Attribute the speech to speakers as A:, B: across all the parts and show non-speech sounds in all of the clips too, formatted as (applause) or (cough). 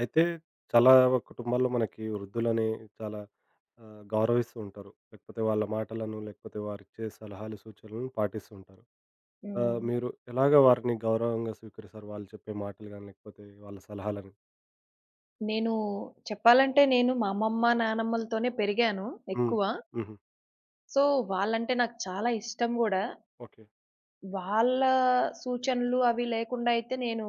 A: అయితే చాలా కుటుంబాల్లో మనకి వృద్ధులని చాలా గౌరవిస్తూ ఉంటారు. లేకపోతే వాళ్ళ మాటలను, లేకపోతే వారిచ్చే సలహాలు, సూచనలను పాటిస్తూ ఉంటారు.
B: హ్మ్.
A: మీరు ఎలాగ వారిని గౌరవంగా స్వీకరిస్తారు? వాళ్ళు చెప్పే మాటలు గాని, లేకపోతే వాళ్ళ సలహాలని?
B: నేను చెప్పాలంటే నేను మా అమ్మమ్మ, నానమ్మలతోనే పెరిగాను
A: హ్మ్.
B: ఎక్కువ.
A: హుహు.
B: సో, వాళ్ళంటే నాకు చాలా ఇష్టం గూడా.
A: ఓకే.
B: వాళ్ళ సూచనలు అవి లేకుండా అయితే నేను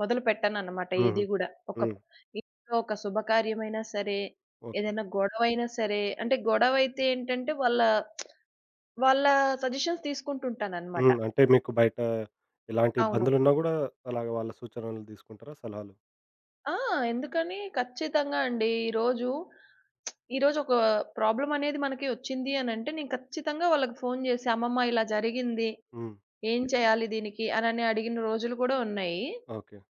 B: మొదలుపెట్టనన్నమాట
A: హుహు.
B: ఏది గూడా. ఒక
A: హ్మ్.
B: ఇంట్లో ఒక శుభకార్యమైనా సరే,
A: ఓకే.
B: ఏదైనా గొడవైనా సరే, అంటే గొడవైతే ఏంటంటే వాళ్ళ వాళ్ళ సజెషన్స్ తీసుకుంటుంటానన్నమాట.
A: హ్మ్. అంటే మీకు బయట ఎలాంటి
B: అవును.
A: ఇబ్బందులున్నా గూడా అలాగ వాళ్ళ సూచనలు తీసుకుంటారా? సలహాలు?
B: ఆ, ఎందుకని ఖచ్చితంగా అండి. ఈరోజు ఈరోజు ఒక ప్రాబ్లమ్ అనేది మనకి వచ్చింది అనంటే, నేను ఖచ్చితంగా వాళ్ళకి ఫోను చేసి, అమ్మమ్మ ఇలా జరిగింది.
A: హ్మ్.
B: ఏం చేయాలి దీనికి? అనని అడిగిన రోజులు కూడా ఉన్నాయి.
A: ఓకే.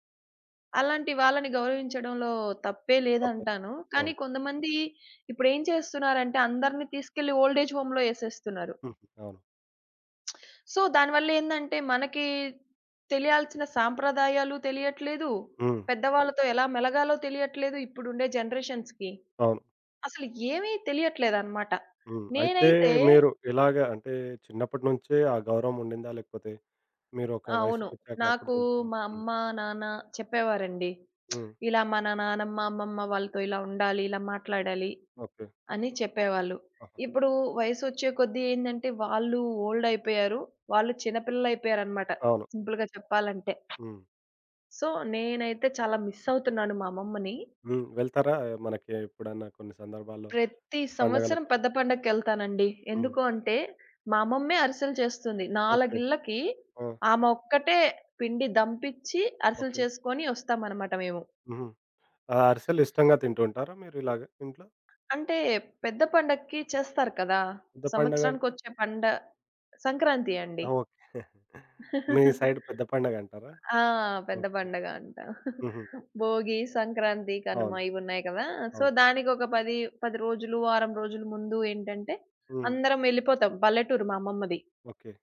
B: అలాంటి వాళ్ళని గౌరవించడంలో తప్పే
A: తప్పదు.
B: లేదంటాను.
A: అవును.
B: కానీ కొంతమంది ఇప్పుడేం చేస్తున్నారంటే, అందరిని తీసుకెళ్ళి ఓల్డ్ ఏజ్ హోమ్‌లో ఏసేస్తున్నారు.
A: హుహు. అవును.
B: సో, దానివల్ల ఏందంటే, మనకి తెలియాల్సిన సాంప్రదాయాలు తెలియట్లేదు.
A: హ్మ్.
B: పెద్దవాళ్ళతో ఎలా మెలగాలో తెలియట్లేదు ఇప్పుడుండే జనరేషన్స్‌కి.
A: అవును.
B: అసలు ఏమీ తెలియట్లేదనమాట.
A: హ్మ్. అయితే
B: నేనైతే
A: మీరు ఇలాగ అంటే చిన్నప్పటి నుంచే ఆ గౌరవం ఉండిందా? లేకపోతే మీరు ఒక
B: అవును.
A: వయసుకొచ్చాక అప్పుడు
B: నాకు
A: తెలుసుకున్నారా?
B: మా
A: హ్మ్.
B: అమ్మ, నాన్న చెప్పేవారండి.
A: హ్మ్.
B: ఇలా మన నానమ్మ, అమ్మమ్మ వాళ్ళతో ఇలా ఉండాలి, ఇలా మాట్లాడాలి
A: ఓకే.
B: అని చెప్పేవాళ్ళు.
A: ఆహా!
B: ఇప్పుడు వయసొచ్చే కొద్దీ ఏందంటే వాళ్ళు ఓల్డ్ అయిపోయారు. వాళ్ళు చిన్నపిల్లలయిపోయారనమాట
A: అవును.
B: సింపుల్‌గా చెప్పాలంటే.
A: హ్మ్.
B: సో, నేనైతే చాలా మిస్ అవుతున్నాను మా అమ్మమ్మని.
A: హ్మ్. వెళ్తారా మనకి ఎప్పుడన్నా కొన్ని సందర్భాల్లో
B: ప్రతి సంవత్సరం
A: పండగలకి?
B: పెద్ద పండగకెళ్తానండి.
A: హ్మ్.
B: ఎందుకు అంటే, మా అమ్మమ్మే అరిసెలు చేస్తుంది. 4
A: ఓకే.
B: ఇళ్ళకి
A: ఆ!
B: ఆమె ఒక్కటే పిండి దంపిచ్చి, అరిసెలు
A: ఓకే.
B: చేసుకొని ఒస్తామనమాట మేము.
A: హుహు. ఆ అరిసెలు ఇష్టంగా తింటూ ఉంటారా మీరు ఇలాగ ఇంట్లో?
B: అంటే, పెద్ద పండక్కి చేస్తారు కదా!
A: పెద్ద పండగ అంటే?
B: సంవత్సరానికొచ్చే సంక్రాంతి
A: ఆ!
B: అండి.
A: ఓకే. (laughs) మీ సైడ్ పెద్ద పండగంటారా?
B: ఆ, పెద్ద
A: ఓకే.
B: పండగ అంటాం.
A: హుహు.
B: భోగి, సంక్రాంతి,
A: అవును.
B: కనుమ ఇవున్నాయి కదా! సో,
A: అవును.
B: దానికొక 10, 10 రోజులు, వారం రోజుల ముందు ఏంటంటే,
A: హ్మ్.
B: అందరం వెళ్ళిపోతాం. పల్లెటూరు మా అమ్మమ్మది.
A: ఓకే.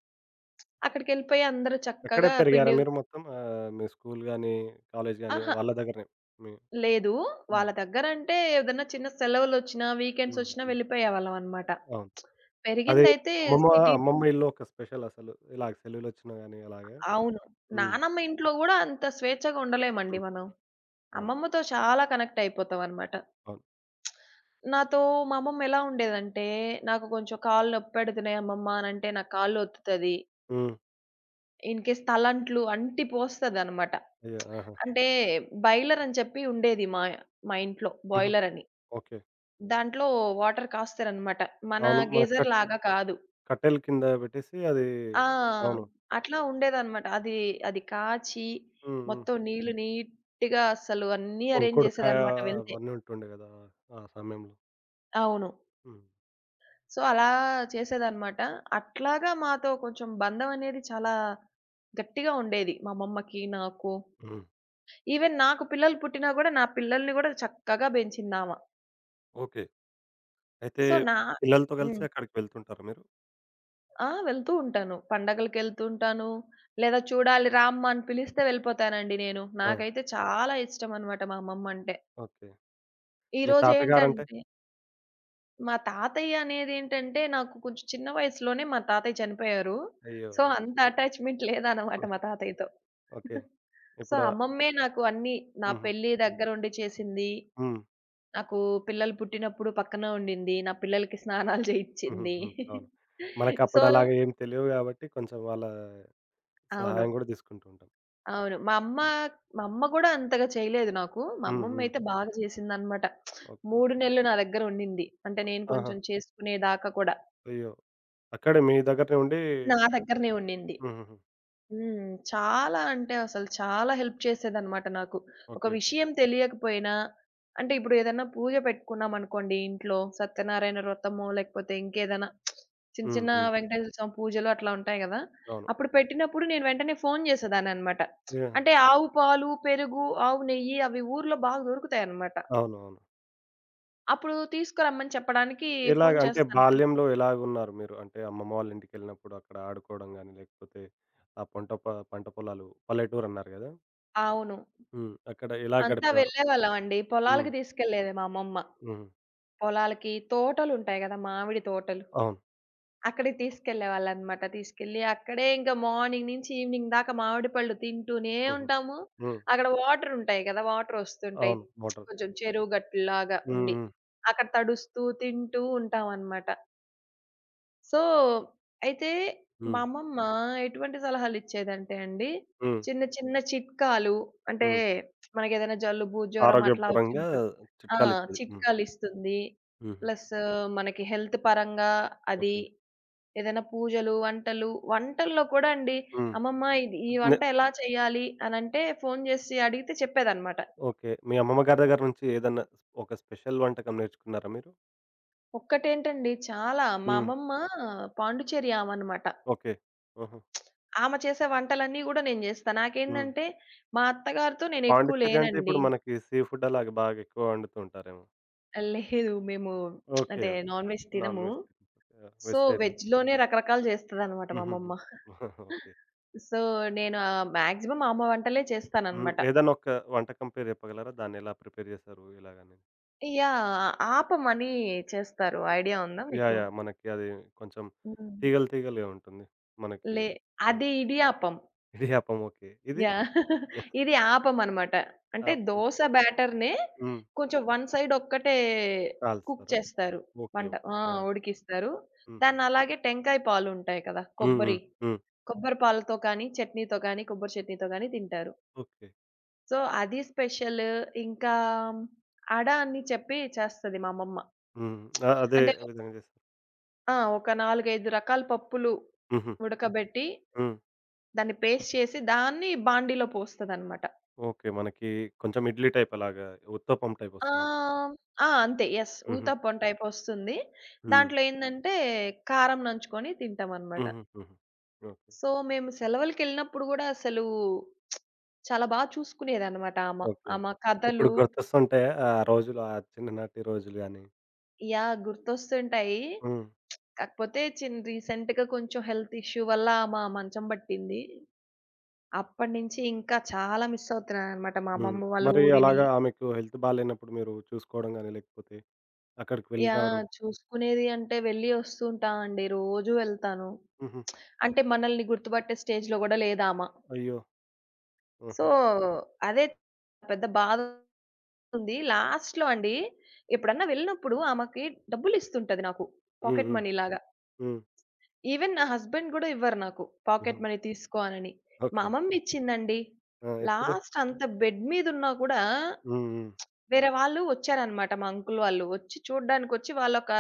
B: అక్కడికెళ్ళిపోయి అందరూ
A: అక్కడే
B: చక్కగా
A: పెరిగారా
B: పిండి.
A: మీరు మొత్తం? మీ స్కూల్ గాని, కాలేజ్ గాని
B: అహా,
A: వాళ్ళ దగ్గరనే మీ
B: లేదు.
A: హ్మ్.
B: వాళ్ళ దగ్గరంటే ఏదన్నా చిన్న సెలవులొచ్చినా,
A: హ్మ్.
B: వీకెండ్సొచ్చినా
A: హ్మ్.
B: వెళ్ళిపోయేవాళ్ళం అనమాట.
A: అవును. అది
B: పెరిగిందైతే
A: అమ్మమ్మ,
B: సిటీ.
A: అమ్మమ్మ ఇల్లు ఒక స్పెషల్ అసలు. ఇలాగ సెలవులొచ్చినా గాని అలాగా.
B: అవును.
A: హ్మ్.
B: నానమ్మ ఇంట్లో గూడా అంత స్వేచ్ఛగా ఉండలేమండి
A: హ్మ్.
B: మనం.
A: అవును.
B: అమ్మమ్మతో చాలా కనెక్ట్ అయిపోతాం అనమాట.
A: అవును.
B: నాతో మా అమ్మమ్మ ఎలా ఉండేదంటే, నాకు కొంచెం కాళ్ళు నొప్పి పెడుతున్నాయి అమ్మమ్మ అనంటే, నా కాళ్ళు ఒత్తుతది.
A: హ్మ్.
B: ఇన్‌కేస్ తలంట్లు అంటి పోస్తదనమాట.
A: అయ్యో! ఆహా!
B: అంటే బాయిలరని చెప్పి ఉండేది మా మా ఇంట్లో
A: హుహు.
B: బాయిలరని.
A: ఓకే.
B: దాంట్లో వాటర్ కాస్తారనమాట. మన
A: అవును. మనకు
B: గేజర్ ఓకే,
A: కట్
B: లాగా కాదు.
A: కట్టెల కింద పెట్టేసి అది
B: ఆ,
A: అవును.
B: అట్లా ఉండేదనమాట. అది కాచి
A: హ్మ్. హ్మ్.
B: మొత్తం నీళ్లు నీట్‌గా అస్సలు అన్నీ అరేంజ్
A: కొంకుడుకాయ
B: చేసేదనమాట వెళ్తే.
A: అవన్నీ ఉంటుండే గదా! ఆ సమయంలో.
B: అవును.
A: హ్మ్.
B: సో, అలా చేసేదనమాట. అట్లాగా మాతో కొంచెం బంధం అనేది చాలా గట్టిగా ఉండేది. మా అమ్మమ్మకి, నాకు.
A: హ్మ్.
B: ఈవెన్ నాకు పిల్లలు పుట్టినా గూడా, నా పిల్లల్ని గూడా చక్కగా బెంచిందామ.
A: ఓకే. అయితే
B: సో, నా
A: పిల్లలతో
B: హ్మ్.
A: కలిసి అక్కడికి వెళ్తుంటారా మీరు?
B: ఆ, వెళ్తూ ఉంటాను. పండగలకెళ్తూ ఉంటాను. లేదా చూడాలి రామ్మా అని పిలిస్తే వెళ్ళిపోతానండి నేను.
A: ఆ!
B: నాకైతే చాలా ఇష్టం అన్నమాట మా అమ్మమ్మ అంటే.
A: ఓకే. మీ
B: ఈరోజు
A: తాతగారంటే
B: ఏంటంటే మా తాతయ్య అనేదేంటంటే నాకు కొంచెం చిన్న వయసులోనే మా తాతయ్య చనిపోయారు.
A: అయ్యో!
B: సో,
A: అయ్యో!
B: అంత
A: సారీ.
B: అటాచ్‌మెంట్ లేదన్నమాట మా తాతయ్యతో.
A: ఓకే.
B: సో,
A: ఇప్పుడు
B: అమ్మమ్మే నాకు అన్నీ నా
A: హుహు.
B: పెళ్లి దగ్గరుండి చేసింది.
A: హ్మ్.
B: నాకు పిల్లలు పుట్టినప్పుడు పక్కన ఉండింది. నా పిల్లలకి స్నానాలు
A: హుహు.
B: చేయించింది.
A: హ్మ్. అవును.
B: సో,
A: మనకప్పుడు అలాగా ఏం తెలియవు గాబట్టి కొంచెం వాళ్ళ
B: అవును.
A: సహాయం గూడా తీసుకుంటూ ఉంటాం.
B: అవును.
A: హ్మ్.
B: మా అమ్మ గూడా అంతగా చేయలేదు నాకు. మా
A: హ్మ్. హ్మ్.
B: అమ్మమ్మయితే బాగా చేసిందనమాట.
A: ఓకే.
B: 3 నెలలు నా దగ్గర ఉండింది. అంటే నేను
A: ఆహా!
B: కొంచెం చేసుకునేదాకా కూడా.
A: అయ్యో! అక్కడే మీ దగ్గరనే ఉండి
B: నా దగ్గరనే ఉండింది.
A: హుహుహు.
B: హ్మ్. చాలా అంటే అసలు చాలా హెల్ప్ చేసేదనమాట నాకు. ఒక
A: ఓకే.
B: విషయం తెలియకపోయినా అంటే ఇప్పుడు ఏదన్నా పూజ పెట్టుకున్నామనుకోండి ఇంట్లో సత్యనారాయణ వ్రతమో, లేకపోతే ఇంకేదైనా చిన్న
A: హ్మ్.
B: చిన్న
A: హ్మ్.
B: వెంకటేశ్వర స్వామి పూజలు అట్లా ఉంటాయి గదా!
A: అవును.
B: అప్పుడు పెట్టినప్పుడు నేను వెంటనే ఫోను చేసేదాన్ననమాట.
A: యాహ్!
B: అంటే ఆవు పాలు, పెరుగు, ఆవు నెయ్యి అవి ఊర్లో బాగా దొరుకుతాయన్నమాట.
A: అవునవును.
B: అప్పుడు తీసుకురమ్మని చెప్పడానికి
A: ఎలాగ
B: ఫోను
A: అంటే
B: చేస్తాను కదా!
A: బాల్యంలో ఎలాగున్నారు మీరు? అంటే అమ్మమ్మ వాళ్ళ ఇంటికెళ్ళినప్పుడు అక్కడ ఆడుకోవడం గాని, లేకపోతే ఆ పంట పొలాలు పల్లెటూరన్నారు గదా!
B: అవును.
A: హ్మ్. అక్కడ ఎలా
B: అంతా
A: గడిపేవారు?
B: వెళ్ళేవాళ్ళమండి.
A: హ్మ్.
B: పొలాలకి తీసుకెళ్ళేది మా అమ్మమ్మ.
A: హ్మ్.
B: పొలాలకి తోటలుంటాయి గదా! మామిడి తోటలు.
A: అవును.
B: అక్కడికి తీసుకెళ్ళేవాళ్ళనమాట. తీసుకెళ్ళి అక్కడే ఇంక మార్నింగ్ నుంచి ఈవినింగ్ దాకా మామిడి పళ్ళు తింటూనే
A: హుహు.
B: ఉంటాము.
A: హ్మ్.
B: అక్కడ వాటరుంటాయి గదా! వాటరొస్తుంటాయి.
A: అవును. వాటర్.
B: కొంచెం చెరువు గట్టులాగా
A: హ్మ్.
B: ఉండి.
A: హ్మ్.
B: అక్కడ తడుస్తూ తింటూ ఉంటామనమాట. సో, అయితే
A: హ్మ్.
B: మా అమ్మమ్మ ఎటువంటి సలహాలిచ్చేదంటే అండి,
A: హ్మ్.
B: చిన్న చిన్న చిట్కాలు అంటే
A: హ్మ్.
B: మనకేదైనా జలుబు, జ్వరం అట్లా
A: ఆరోగ్యపరంగా
B: వచ్చినప్పుడు ఆ,
A: చిట్కాలిచ్చేది. హ్మ్.
B: చిట్కాలిస్తుంది.
A: హుహు.
B: ప్లస్ మనకి హెల్త్ పరంగా అది,
A: ఓకే.
B: ఏదైనా పూజలు, వంటల్లో కూడా అండి,
A: హ్మ్.
B: అమ్మమ్మ ఇది ఈ
A: నె
B: వంట ఎలా చేయాలి అనంటే ఫోను చేసి అడిగితే చెప్పేదనమాట.
A: ఓకే. మీ అమ్మమ్మ గారి దగ్గర నుంచి ఏదన్నా ఒక స్పెషల్ వంటకం నేర్చుకున్నారా మీరు?
B: ఒక్కటేంటండి చాలా మా
A: హ్మ్.
B: అమ్మమ్మ పాండిచ్చేరి ఆమనమాట.
A: ఓకే. ఆహా!
B: ఆమె చేసే వంటలన్నీ గూడా నేను జేస్తా.
A: హ్మ్.
B: నాకేందంటే, మా అత్తగారితో నేనెక్కువ
A: పాండిచ్చేరి అంటే ఇప్పుడు
B: లేనండి.
A: మనకి సీ ఫుడ్ అలాగే బాగా ఎక్కువ వండుతూ ఉంటారేమో.
B: లేదు. మేము
A: ఓకే.
B: అంటే, నాన్ వెజ్
A: నాన్
B: తినము.
A: వెజ్. యాహ్!
B: So,
A: vegetarian.
B: వెజ్‌లోనే రకరకాలు జేస్తదనమాట మా
A: హుహుహు.
B: అమ్మమ్మ.
A: ఓకే.
B: సో, నేను మాక్సిమం ఆమె వంటలే
A: హ్మ్.
B: చేస్తాననమాట.
A: ఏదైనా ఒక వంటకం పేరు చెప్పగలరా? దాన్నెలా ప్రిపేర్ చేశారు? ఎలాగని?
B: యాహ్, ఆపమని చేస్తారు.
A: హుహు.
B: ఐడియా ఉందా
A: యాహ్!
B: మీకు?
A: యాహ్! మనకి అది కొంచెం
B: హ్మ్.
A: తీగలు తీగలుగా ఉంటుంది. మనకి
B: లే
A: అన్
B: అది
A: (laughs)
B: ఇడియాప్పం.
A: ఇడియాప్పం ఓకే. ఇది
B: యాహ్, ఇది ఆపమనమాట. అంటే
A: ఆప్పం
B: దోస బ్యాటర్‌నే
A: హ్మ్.
B: కొంచెం వన్ సైడ్ ఒక్కటే కుక్
A: కాల్స్తారా?
B: చేస్తారు.
A: ఓకే.
B: వంట
A: ఓకే.
B: ఆ!
A: ఆ!
B: ఉడికిస్తారు.
A: హుహు.
B: దాన్ని అలాగే టెంకాయ పాలుంటాయి కదా!
A: హ్మ్. హ్మ్.
B: కొబ్బరి.
A: హ్మ్.
B: కొబ్బరి పాలతో కానీ, చట్నీతో కానీ, కొబ్బరి చట్నీతో కానీ తింటారు.
A: ఓకే.
B: సో, అది స్పెషల్. ఇంకా అడ అని చెప్పి చేస్తది మా అమ్మమ్మ.
A: హ్మ్. ఆ! అదే
B: అంటే
A: విధంగా చేస్తారు.
B: ఆ, ఒక 4, 5 రకాల పప్పులు
A: హుహు.
B: ఉడకబెట్టి
A: హ్మ్.
B: దాన్ని పేస్ట్ చేసి దాన్ని బాండీలో పోస్తదనమాట.
A: ఓకే. మనకి కొంచెం ఇడ్లీ టైప్ అలాగా ఉత్తప్పం టైప్ వస్తుంది.
B: ఆహ్, ఆ! అంతే. యెస్.
A: హుహు.
B: ఊతప్పం టైపొస్తుంది.
A: హ్మ్.
B: దాంట్లో ఏందంటే, కారం నంచుకొని తింటామనమాట.
A: హుహు. హుహు. ఓకే.
B: సో, మేము సెలవులకెళ్ళినప్పుడు గూడా అసలు చాలా బా చూసుకునేదనమాట ఆమ.
A: ఓకే.
B: ఆమ
A: ఇప్పుడు
B: కథలు
A: గుర్తొస్తుంటాయా ఆ రోజులు ఆ చిన్ననాటి రోజులు గాని?
B: యాహ్, గుర్తొస్తుంటాయి.
A: హ్మ్.
B: కాకపోతే రీసెంట్‌గా కొంచెం హెల్త్ ఇష్యూ వల్ల ఆమ మంచం బట్టింది. అప్పటినుంచి ఇంకా చాలా మిస్ అవుతున్నాననమాట మా
A: హ్మ్.
B: అమ్మమ్మ వాళ్ళ
A: మరి
B: ఊరిని.
A: అలాగా ఆమెకు హెల్త్ బాలేనప్పుడు మీరు చూసుకోవడం గాని, లేకపోతే అక్కడికి వెళ్ళి
B: యాహ్,
A: రావడం
B: చూసుకునేది అంటే వెళ్ళి వస్తూ ఉంటామండి. రోజూ వెళ్తాను.
A: హుహు.
B: అంటే మనల్ని గుర్తుపట్టే స్టేజ్‌లో గూడా లేదామ.
A: అయ్యో!
B: సో,
A: ఆహా!
B: అదే పెద్ద బాధుంది. లాస్ట్‌లో అండి ఎప్పుడన్నా వెళ్ళినప్పుడు ఆమెకి డబ్బులిస్తుంటది నాకు.
A: హ్మ్.
B: పాకెట్
A: హ్మ్.
B: మనీ లాగా.
A: హ్మ్.
B: ఈవెన్ నా హస్బెండ్ గూడా ఇవ్వరు నాకు.
A: హుహు.
B: పాకెట్ మనీ తీసుకో అనని. మా
A: ఓకే.
B: అమ్మమ్మ ఇచ్చిందండి.
A: ఆ! ఎప్పుడు?
B: లాస్ట్ అంత బెడ్ మీదున్నా కూడా
A: హ్మ్. హ్మ్.
B: వేరే వాళ్ళు వచ్చారనమాట. మా అంకుల్ వాళ్ళు వచ్చి చూడ్డానికొచ్చి వాళ్ళొక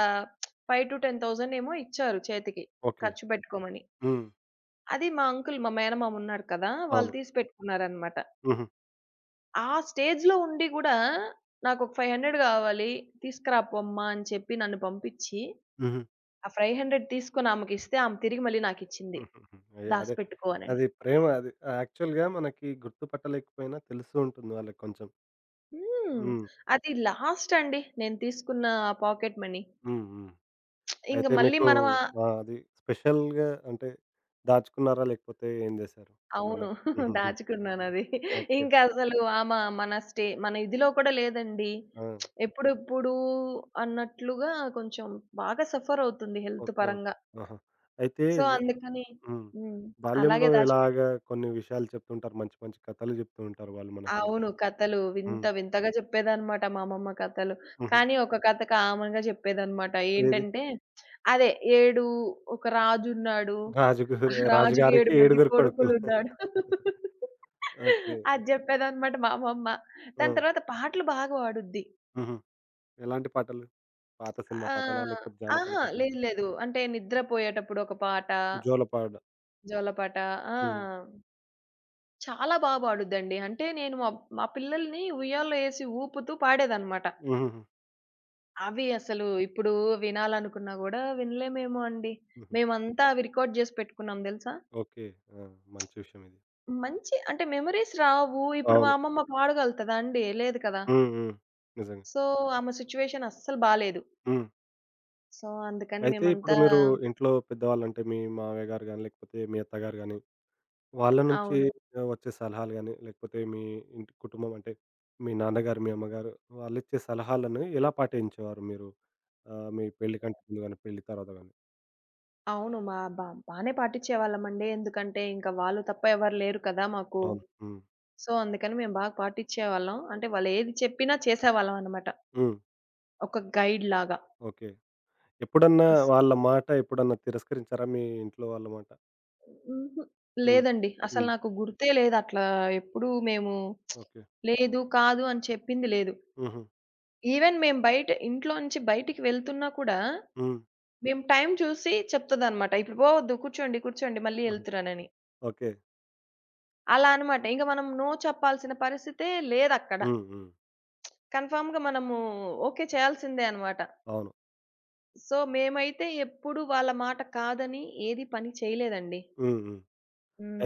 B: 5,000-10,000 ఏమో ఇచ్చారు చేతికి
A: ఓకే.
B: ఖర్చు పెట్టుకోమని.
A: హ్మ్.
B: అది మా అంకుల్ మా మేనమామ ఉన్నారు కదా! వాళ్ళు
A: అవును.
B: తీసి పెట్టుకున్నారనమాట.
A: హుహు.
B: ఆ స్టేజ్‌లో ఉండి గూడా నాకొక 500 గావాలి. తీసుకురా పొమ్మా అని చెప్పి నన్ను పంపిచ్చి,
A: హుహు.
B: ఆ 500 తీసుకొని ఆమెకిస్తే ఆమె తిరిగి మళ్ళీ నాకిచ్చింది.
A: హుహుహు. అయ్యో! అదే.
B: దాసిపెట్టుకో అనని.
A: అది ప్రేమ అది. యాక్చువల్‌గా మనకి గుర్తుపట్టలేకపోయినా తెలుస్తూ ఉంటుంది వాళ్ళకి కొంచెం.
B: హ్మ్.
A: హ్మ్.
B: అది లాస్ట్ అండి నేను తీసుకున్న పాకెట్ మనీ.
A: హ్మ్. హ్మ్.
B: ఇంక
A: అయితే
B: మళ్ళీ
A: మీకు
B: మనం ఆహ్,
A: అది స్పెషల్‌గా అంటే దాచుకున్నారా? లేకపోతే ఏం జేశారు? ఏమన్నా?
B: అవును. (laughs)
A: హుహుహు.
B: దాచుకున్నానది.
A: ఓకే.
B: ఇంకసలు ఆమ మన ఇదిలో కూడా లేదండి.
A: ఆ!
B: ఎప్పుడెప్పుడు అన్నట్లుగా కొంచెం బాగా సఫరవుతుంది హెల్త్
A: ఓకే. ఓకే.
B: పరంగా.
A: ఆహా! అయితే
B: సో, అందుకని
A: హ్మ్.
B: హ్మ్.
A: బాల్యంలో
B: అలాగే దాచిపెట్టు.
A: ఇలాగా కొన్ని విషయాలు చెప్తుంటారు. మంచి మంచి కథలు చెప్తూ ఉంటారు వాళ్ళు మనకి.
B: అవును. కథలు వింత
A: హ్మ్.
B: వింతగా చెప్పేదనమాట మా అమ్మమ్మ కథలు.
A: హుహు.
B: కానీ ఒక కథ కామన్‌గా చెప్పేదనమాట.
A: ఏది?
B: ఏంటంటే, అదే 7. ఒక రాజున్నాడు.
A: రాజుగారు
B: ఆ రాజుకి
A: రాజుగారికి
B: 7 మంది
A: ఏడుగురు కొడుకులు.
B: కొడుకులున్నాడు.
A: ఓకే.
B: అది చెప్పేదనమాట మా అమ్మమ్మ.
A: ఆ!
B: దాని తర్వాత పాటలు బాగా పాడుద్ది.
A: హుహు. ఎలాంటి పాటలు? పాత సినిమా పాటలా?
B: ఆహ్,
A: లేకపోతే జానపద
B: అహా!
A: పాటలా?
B: లేదు లేదు. అంటే నిద్రపోయేటప్పుడు ఒక పాట,
A: జోలపాట.
B: జోలపాట. ఆ,
A: హ్మ్.
B: చాలా బా పాడుద్దండి. అంటే నేను మా మా పిల్లల్ని ఉయ్యాల్లో ఏసి ఊపుతూ పాడేదనమాట.
A: హుహుహు.
B: అవి అసలు ఇప్పుడు వినాలనుకున్నా గూడా వినలేమేమో అండి.
A: హుహు.
B: మేమంతా అవి రికార్డ్ జేసి పెట్టుకున్నాం దెలుసా?
A: ఓకే. ఆ! మంచి విషయం ఇది.
B: మంచి అంటే మెమోరీస్ రావు. ఇప్పుడు మా
A: అవును.
B: అమ్మమ్మ పాడగలుగుతదా అండి? లేదు కదా!
A: హ్మ్. హ్మ్. నిజంగా.
B: సో, ఆమె సిట్యుయేషన్ అస్సలు బాలేదు.
A: హ్మ్.
B: సో, అందుకని
A: అయితే ఇప్పుడు
B: మేమంతా.
A: మీరు ఇంట్లో పెద్దవాళ్ళంటే మీ మామయ్య గారు గాని, లేకపోతే మీ అత్తగారు గాని వాళ్ళ నుంచి
B: అవును.
A: వచ్చే సలహాలు గాని, లేకపోతే మీ ఇంటి కుటుంబం అంటే, మీ నాన్నగారు, మీ అమ్మగారు వాళ్ళిచ్చే సలహాలను ఎలా పాటించేవారు మీరు? మీ పెళ్లి కంటే ముందు గాని, పెళ్లి తర్వాత గాని?
B: అవును. మా బా బానే పాటించేవాళ్ళమండి. ఎందుకంటే ఇంక వాళ్ళు తప్ప ఎవరు లేరు కదా మాకు.
A: అవును. హ్మ్.
B: సో, అందుకని మేము బాగా పాటించేవాళ్ళం. అంటే వాళ్ళేది చెప్పినా చేసేవాళ్ళం అనమాట.
A: హ్మ్.
B: ఒక గైడ్‌లాగా.
A: ఓకే. ఎప్పుడన్నా
B: అస్
A: వాళ్ళ మాట ఎప్పుడన్నా తిరస్కరించారా మీ ఇంట్లో వాళ్ళ మాట?
B: హుహు.
A: హ్మ్.
B: లేదండి. అసలు
A: హ్మ్.
B: నాకు గుర్తే లేదు. అట్లా ఎప్పుడూ మేము
A: ఓకే.
B: లేదు, కాదు అని చెప్పింది లేదు.
A: హుహు.
B: ఈవెన్ మేము ఇంట్లోంచి బయటికి వెళ్తున్నా కూడా,
A: హ్మ్.
B: మేము టైం చూసి చెప్తదనమాట. "ఇప్పుడు పోవద్దు. కూర్చోండి, కూర్చోండి. మళ్ళీ
A: ఆహా!
B: ఎళ్తున్నానని."
A: ఓకే.
B: అలా అనమాట. ఇంక మనం నో చెప్పాల్సిన పరిస్థితే లేదక్కడ.
A: హ్మ్. హ్మ్.
B: కన్ఫర్మ్‌గా మనము ఓకే చేయాల్సిందే అనమాట.
A: అవును.
B: సో, మేమైతే ఎప్పుడు వాళ్ళ మాట కాదని ఏది పని చేయలేదండి.
A: హ్మ్. హ్మ్.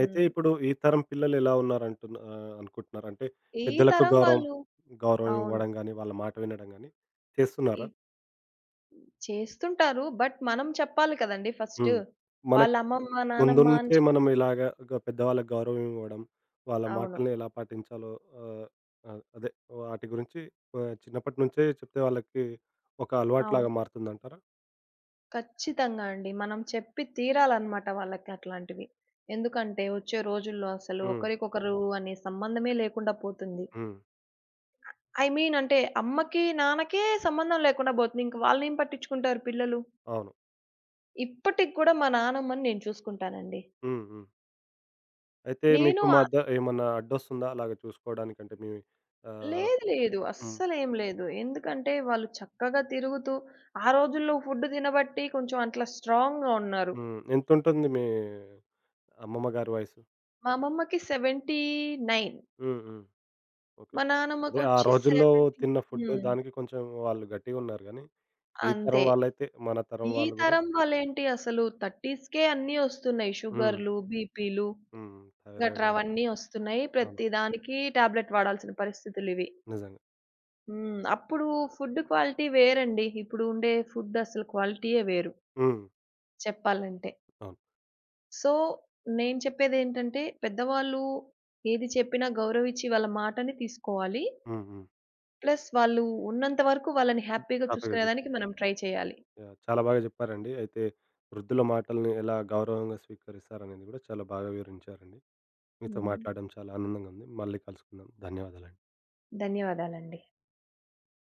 A: అయితే ఇప్పుడు ఈ తరం పిల్లలు ఎలా అనుకుంటున్నారు? అంటే
B: ఈ
A: పెద్దలకు
B: తరం
A: గౌరవం,
B: వాళ్ళు.
A: గౌరవం
B: అవును.
A: ఇవ్వడం గాని, వాళ్ళ మాట వినడం గాని
B: ఈ
A: చేస్తున్నారా?
B: చేస్తుంటారు. బట్ మనం చెప్పాలి కదండీ ఫస్ట్.
A: హ్మ్. మనకు
B: వాళ్ళ అమ్మమ్మ,
A: ముందు
B: నానమ్మ అని
A: నుంచే
B: చెప్పి.
A: మనం ఇలాగ గ పెద్దవాళ్ళకి గౌరవం ఇవ్వడం, వాళ్ళ
B: అవును.
A: మాటల్ని ఎలా పాటించాలో ఆహ్, ఆహ్, అదే వాటి గురించి చిన్నప్పటి నుంచే చెప్తే వాళ్ళకి ఒక
B: అవును.
A: అలవాటులాగా మారుతుందంటారా?
B: ఖచ్చితంగా అండి. మనం చెప్పి తీరాలన్నమాట వాళ్ళకి అట్లాంటివి. ఎందుకంటే వచ్చే రోజుల్లో అసలు
A: హ్మ్.
B: ఒకరికొకరు అనే సంబంధమే లేకుండా పోతుంది.
A: హ్మ్.
B: ఐ మీన్ అంటే అమ్మకి, నాన్నకే సంబంధం లేకుండా పోతుంది. ఇంక వాళ్ళనేం పట్టించుకుంటారు పిల్లలు.
A: అవును.
B: ఇప్పటికి కూడా మా నానమ్మని నేను చూసుకుంటానండి.
A: హ్మ్. హ్మ్. అయితే
B: నేను
A: మీకు మధ్య ఏమన్నా అడ్డొస్తుందా అలాగ చూసుకోవడానికంటే మీ ఆహ్
B: లేదు. లేదు.
A: హ్మ్.
B: అస్సలేం లేదు. ఎందుకంటే వాళ్ళు చక్కగా తిరుగుతూ, ఆ రోజుల్లో ఫుడ్ తినబట్టి కొంచెం అట్లా స్ట్రాంగ్‌గా ఉన్నారు.
A: హ్మ్. ఎంతుంటుంది మీ అమ్మమ్మ గారి వయసు?
B: మా అమ్మమ్మకి 79.
A: హ్మ్. హ్మ్. ఓకే.
B: మా
A: అదే ఆ
B: నానమ్మకొచ్చి
A: రోజుల్లో
B: 70.
A: తిన్న ఫుడ్డు
B: హ్మ్.
A: దానికి కొంచెం వాళ్ళు గట్టిగున్నారు గానీ, ఈ తరం
B: అంతే.
A: వాళ్ళైతే మన తరం
B: ఈ
A: వాళ్ళు గూడా
B: తరం వాళ్ళేంటి అసలు 30స్‌కే అన్నీ వస్తున్నాయి.
A: హ్మ్.
B: షుగర్‌లు, బీపీలు
A: హ్మ్. థైరాయిడ్
B: గట్రా
A: అని.
B: అవన్నీ వస్తున్నాయి.
A: అవును.
B: ప్రతి దానికి టాబ్లెట్ వాడాల్సిన పరిస్థితులివి.
A: నిజంగా.
B: హ్మ్. అప్పుడు ఫుడ్ క్వాలిటీ వేరండి. ఇప్పుడు ఉండే ఫుడ్ అసలు క్వాలిటీయే వేరు
A: హ్మ్.
B: చెప్పాలంటే.
A: అవును.
B: సో, నేను చెప్పేదేంటంటే పెద్దవాళ్ళు ఏది చెప్పినా గౌరవిచ్చి వాళ్ళ మాటని తీసుకోవాలి.
A: హ్మ్. హ్మ్.
B: ప్లస్ వాళ్ళు ఉన్నంత వరకు వాళ్ళని హ్యాపీగా
A: హ్యాపీగా జూస్
B: చూసుకునేదానికి మనం ట్రై చేయాలి.
A: యాహ్! చాలా బాగా జెప్పారండి. అయితే వృద్ధుల మాటల్ని ఎలా గౌరవంగా స్వీకరిస్తారనేది గూడా చాలా బాగా వివరించారండి. మీతో
B: హ్మ్.
A: మాట్లాడడం చాలా ఆనందంగా ఉంది. మళ్ళీ కలుసుకుందాం. ధన్యవాదాలండి.
B: ధన్యవాదాలండి.